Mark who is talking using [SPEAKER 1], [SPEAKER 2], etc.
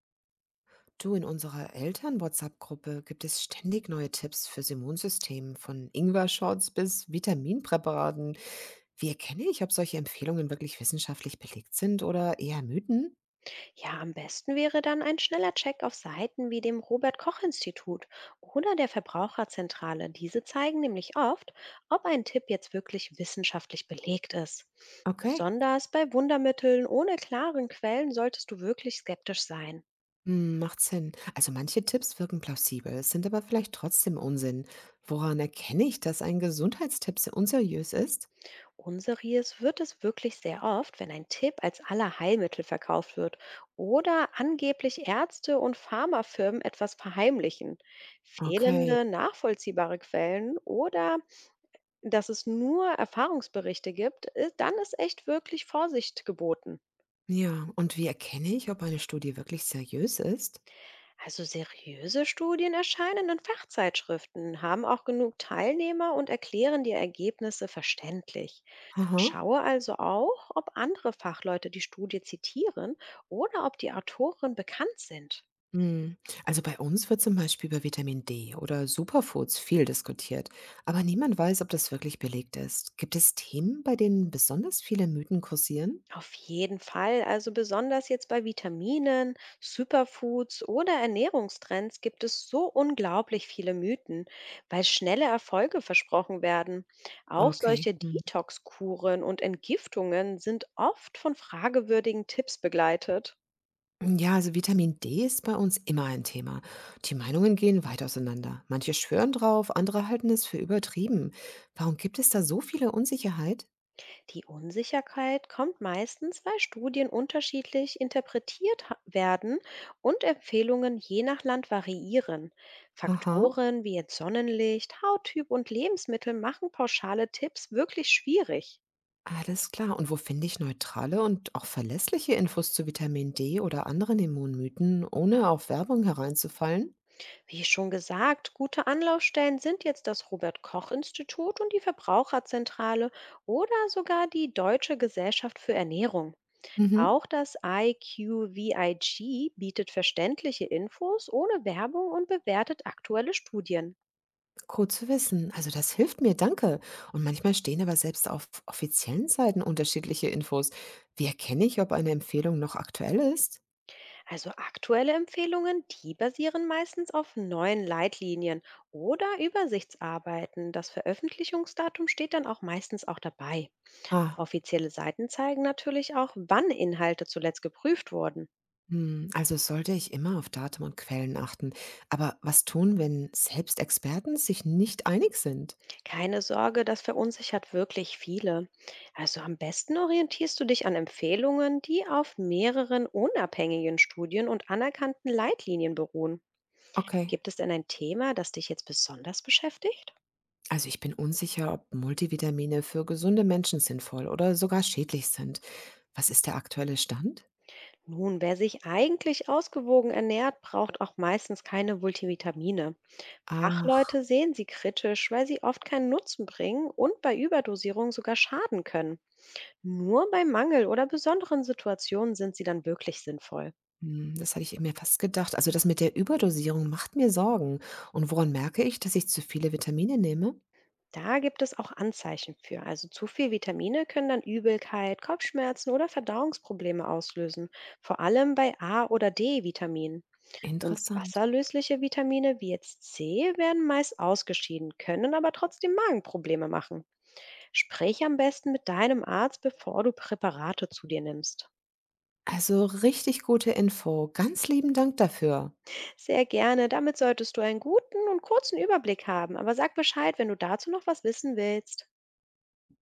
[SPEAKER 1] Du, in unserer Eltern-WhatsApp-Gruppe gibt es ständig neue Tipps fürs Immunsystem, von Ingwer-Shots bis Vitaminpräparaten. Wie erkenne ich, ob solche Empfehlungen wirklich wissenschaftlich belegt sind oder eher Mythen?
[SPEAKER 2] Ja, am besten wäre dann ein schneller Check auf Seiten wie dem Robert Koch Institut oder der Verbraucherzentrale. Diese zeigen nämlich oft, ob ein Tipp jetzt wirklich wissenschaftlich belegt ist.
[SPEAKER 1] Okay,
[SPEAKER 2] Besonders bei Wundermitteln ohne klaren Quellen solltest du wirklich skeptisch sein.
[SPEAKER 1] hm, macht Sinn. Also manche Tipps wirken plausibel, sind aber vielleicht trotzdem Unsinn. Woran erkenne ich, dass ein Gesundheitstipp unseriös ist?
[SPEAKER 2] Unseriös wird es wirklich sehr oft, wenn ein Tipp als Allerheilmittel verkauft wird oder angeblich Ärzte und Pharmafirmen etwas verheimlichen.
[SPEAKER 1] Okay,
[SPEAKER 2] Fehlende nachvollziehbare Quellen oder dass es nur Erfahrungsberichte gibt, dann ist echt wirklich Vorsicht geboten.
[SPEAKER 1] ja, und wie erkenne ich, ob eine Studie wirklich seriös ist?
[SPEAKER 2] Also seriöse Studien erscheinen in Fachzeitschriften, haben auch genug Teilnehmer und erklären die Ergebnisse verständlich.
[SPEAKER 1] Haha.
[SPEAKER 2] Schaue also auch, ob andere Fachleute die Studie zitieren oder ob die Autoren bekannt sind.
[SPEAKER 1] Mhm. Also bei uns wird zum Beispiel über Vitamin D oder Superfoods viel diskutiert, aber niemand weiß, ob das wirklich belegt ist. Gibt es Themen, bei denen besonders viele Mythen kursieren?
[SPEAKER 2] Auf jeden Fall. Also besonders jetzt bei Vitaminen, Superfoods oder Ernährungstrends gibt es so unglaublich viele Mythen, weil schnelle Erfolge versprochen werden. Auch
[SPEAKER 1] Okay.
[SPEAKER 2] solche
[SPEAKER 1] Mhm.
[SPEAKER 2] Detox-Kuren und Entgiftungen sind oft von fragewürdigen Tipps begleitet.
[SPEAKER 1] Ja, also Vitamin D ist bei uns immer ein Thema. Die Meinungen gehen weit auseinander. Manche schwören drauf, andere halten es für übertrieben. Warum gibt es da so viele Unsicherheit?
[SPEAKER 2] Die Unsicherheit kommt meistens, weil Studien unterschiedlich werden und Empfehlungen je nach Land variieren.
[SPEAKER 1] Haha.
[SPEAKER 2] Faktoren wie jetzt Sonnenlicht, Hauttyp und Lebensmittel machen pauschale Tipps wirklich schwierig.
[SPEAKER 1] Alles klar. Und wo finde ich neutrale und auch verlässliche Infos zu Vitamin D oder anderen Immunmythen, ohne auf Werbung hereinzufallen?
[SPEAKER 2] Wie schon gesagt, gute Anlaufstellen sind jetzt das Robert Koch Institut und die Verbraucherzentrale oder sogar die Deutsche Gesellschaft für Ernährung.
[SPEAKER 1] Mhm.
[SPEAKER 2] Auch das IQVIG bietet verständliche Infos ohne Werbung und bewertet aktuelle Studien.
[SPEAKER 1] Gut zu wissen. Also das hilft mir, danke. Und manchmal stehen aber selbst auf offiziellen Seiten unterschiedliche Infos. Wie erkenne ich, ob eine Empfehlung noch aktuell ist?
[SPEAKER 2] Also aktuelle Empfehlungen, die basieren meistens auf neuen Leitlinien oder Übersichtsarbeiten. Das Veröffentlichungsdatum steht dann auch meistens auch dabei.
[SPEAKER 1] Ah,
[SPEAKER 2] Offizielle Seiten zeigen natürlich auch, wann Inhalte zuletzt geprüft wurden.
[SPEAKER 1] hm, also sollte ich immer auf Datum und Quellen achten. Aber was tun, wenn selbst Experten sich nicht einig sind?
[SPEAKER 2] Keine Sorge, das verunsichert wirklich viele. Also am besten orientierst du dich an Empfehlungen, die auf mehreren unabhängigen Studien und anerkannten Leitlinien beruhen.
[SPEAKER 1] Okay.
[SPEAKER 2] Gibt es denn ein Thema, das dich jetzt besonders beschäftigt?
[SPEAKER 1] Also ich bin unsicher, ob Multivitamine für gesunde Menschen sinnvoll oder sogar schädlich sind. Was ist der aktuelle Stand?
[SPEAKER 2] Nun, wer sich eigentlich ausgewogen ernährt, braucht auch meistens keine Multivitamine.
[SPEAKER 1] Ach,
[SPEAKER 2] Fachleute sehen sie kritisch, weil sie oft keinen Nutzen bringen und bei Überdosierung sogar schaden können. Nur bei Mangel oder besonderen Situationen sind sie dann wirklich sinnvoll.
[SPEAKER 1] hm, das hatte ich mir fast gedacht. Also das mit der Überdosierung macht mir Sorgen. Und woran merke ich, dass ich zu viele Vitamine nehme?
[SPEAKER 2] Da gibt es auch Anzeichen für. Also zu viel Vitamine können dann Übelkeit, Kopfschmerzen oder Verdauungsprobleme auslösen, vor allem bei A- oder D-Vitaminen. Und
[SPEAKER 1] Interessant.
[SPEAKER 2] wasserlösliche Vitamine wie jetzt C werden meist ausgeschieden, können aber trotzdem Magenprobleme machen. Sprich am besten mit deinem Arzt, bevor du Präparate zu dir nimmst.
[SPEAKER 1] Also richtig gute Info. Ganz lieben Dank dafür.
[SPEAKER 2] Sehr gerne, damit solltest du einen guten und kurzen Überblick haben, aber sag Bescheid, wenn du dazu noch was wissen willst.